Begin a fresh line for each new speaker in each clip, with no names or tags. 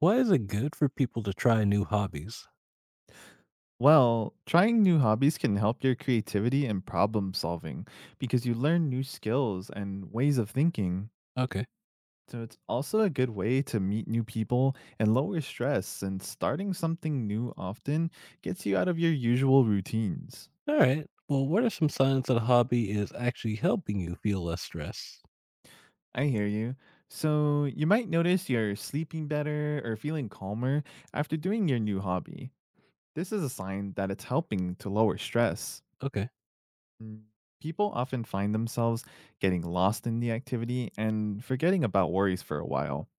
Why is it good for people to try new hobbies?
Well, trying new hobbies can help your creativity and problem solving because you learn new skills and ways of thinking.
Okay.
So it's also a good way to meet new people and lower stress, and starting something new often gets you out of your usual routines.
All right. Well, what are some signs that a hobby is actually helping you feel less stress?
I hear you. So you might notice you're sleeping better or feeling calmer after doing your new hobby. This is a sign that it's helping to lower stress.
Okay.
Mm, People often find themselves getting lost in the activity and forgetting about worries for a while.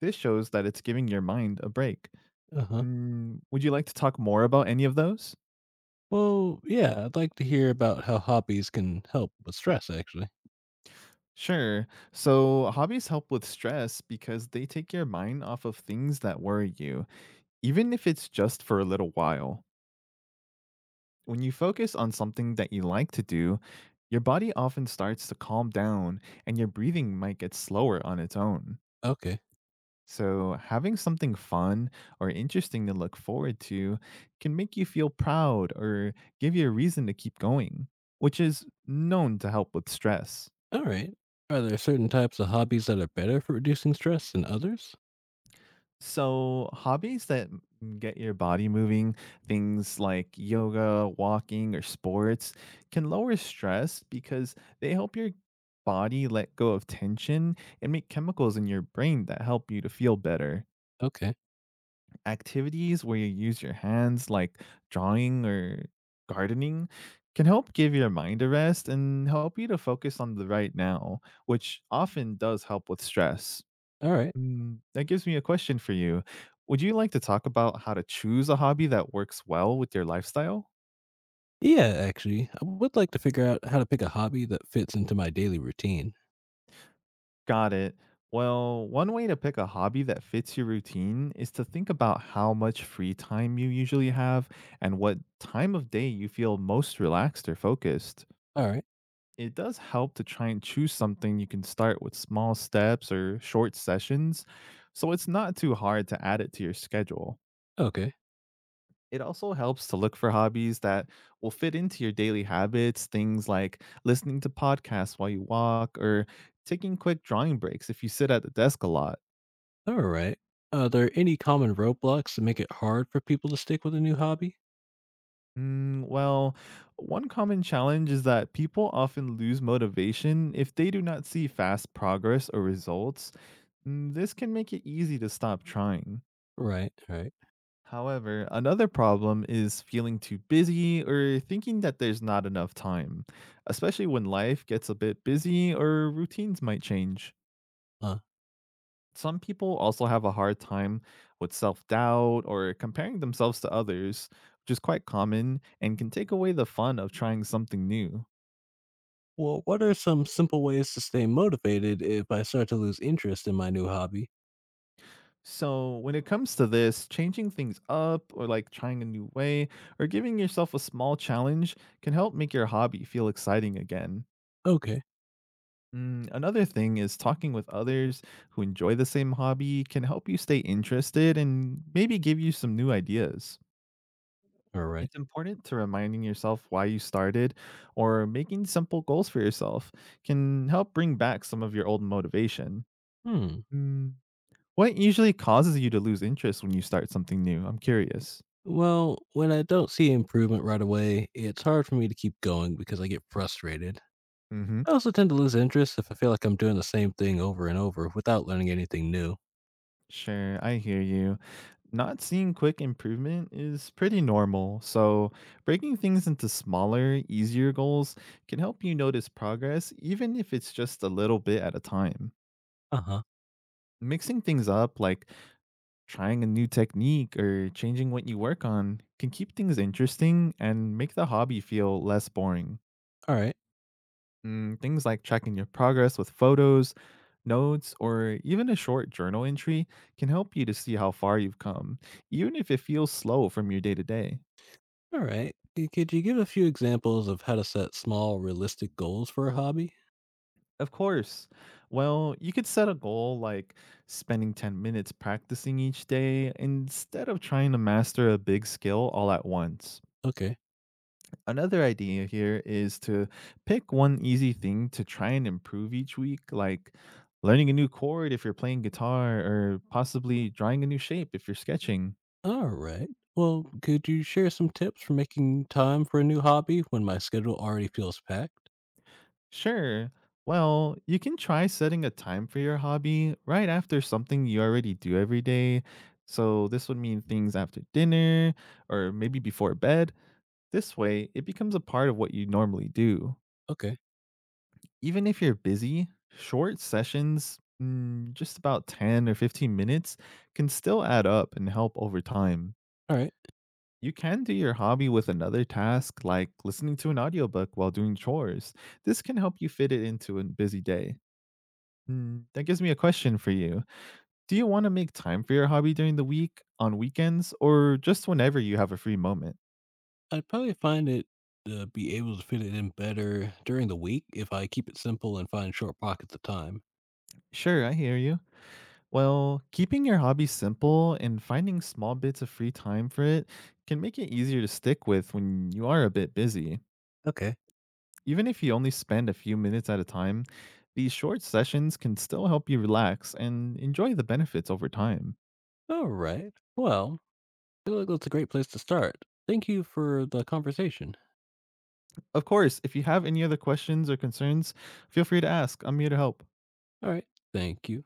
This shows that it's giving your mind a break.
Uh huh.
Would you like to talk more about any of those?
Well, yeah, I'd like to hear about how hobbies can help with stress, actually.
Sure. So, hobbies help with stress because they take your mind off of things that worry you, even if it's just for a little while. When you focus on something that you like to do, your body often starts to calm down and your breathing might get slower on its own.
Okay.
So, having something fun or interesting to look forward to can make you feel proud or give you a reason to keep going, which is known to help with stress.
All right. Are there certain types of hobbies that are better for reducing stress than others?
So, hobbies that get your body moving, things like yoga, walking, or sports, can lower stress because they help your body let go of tension and make chemicals in your brain that help you to feel better.
Okay.
Activities where you use your hands, like drawing or gardening, can help give your mind a rest and help you to focus on the right now, which often does help with stress.
All right.
That gives me a question for you. Would you like to talk about how to choose a hobby that works well with your lifestyle?
Yeah, actually, I would like to figure out how to pick a hobby that fits into my daily routine.
Got it. Well, one way to pick a hobby that fits your routine is to think about how much free time you usually have and what time of day you feel most relaxed or focused.
All right.
It does help to try and choose something you can start with small steps or short sessions, so it's not too hard to add it to your schedule.
Okay.
It also helps to look for hobbies that will fit into your daily habits, things like listening to podcasts while you walk or taking quick drawing breaks if you sit at the desk a lot.
Alright. Are there any common roadblocks that make it hard for people to stick with a new hobby?
Well, one common challenge is that people often lose motivation if they do not see fast progress or results. This can make it easy to stop trying.
Right, right.
However, another problem is feeling too busy or thinking that there's not enough time, especially when life gets a bit busy or routines might change.
Uh,
Some people also have a hard time with self doubt or comparing themselves to others, which is quite common and can take away the fun of trying something new.
well, what are some simple ways to stay motivated if I start to lose interest in my new hobby?
So, when it comes to this, changing things up or like trying a new way or giving yourself a small challenge can help make your hobby feel exciting again.
Okay.
Another thing is talking with others who enjoy the same hobby can help you stay interested and maybe give you some new ideas.
Alright.
It's important to reminding yourself why you started or making simple goals for yourself can help bring back some of your old motivation.
Hmm.
Mm, What usually causes you to lose interest when you start something new? I'm curious.
Well, when I don't see improvement right away, it's hard for me to keep going because I get frustrated.
Mm-hmm.
I also tend to lose interest if I feel like I'm doing the same thing over and over without learning anything new.
Sure, I hear you. Not seeing quick improvement is pretty normal, so breaking things into smaller, easier goals can help you notice progress, even if it's just a little bit at a time.
Uh huh.
Mixing things up, like trying a new technique or changing what you work on, can keep things interesting and make the hobby feel less boring.
Alright.
Things like tracking your progress with photos, notes, or even a short journal entry can help you to see how far you've come, even if it feels slow from your day to day.
Alright. Could you give a few examples of how to set small, realistic goals for a hobby?
Of course. Well, you could set a goal like spending 10 minutes practicing each day instead of trying to master a big skill all at once.
Okay.
Another idea here is to pick one easy thing to try and improve each week, like learning a new chord if you're playing guitar, or possibly drawing a new shape if you're sketching.
All right. Well, could you share some tips for making time for a new hobby when my schedule already feels packed?
Sure. Well, you can try setting a time for your hobby right after something you already do every day. So, this would mean things after dinner or maybe before bed. This way, it becomes a part of what you normally do.
Okay.
Even if you're busy, short sessions, just about 10 or 15 minutes, can still add up and help over time.
All right.
You can do your hobby with another task, like listening to an audiobook while doing chores. This can help you fit it into a busy day. That gives me a question for you. Do you want to make time for your hobby during the week, on weekends, or just whenever you have a free moment?
I'd probably find it be able to fit it in better during the week if I keep it simple and find short pockets of time.
Sure, I hear you. Well, keeping your hobby simple and finding small bits of free time for it can make it easier to stick with when you are a bit busy.
Okay.
Even if you only spend a few minutes at a time, these short sessions can still help you relax and enjoy the benefits over time.
All right. Well, I feel like that's a great place to start. Thank you for the conversation.
Of course, if you have any other questions or concerns, feel free to ask. I'm here to help.
All right. Thank you.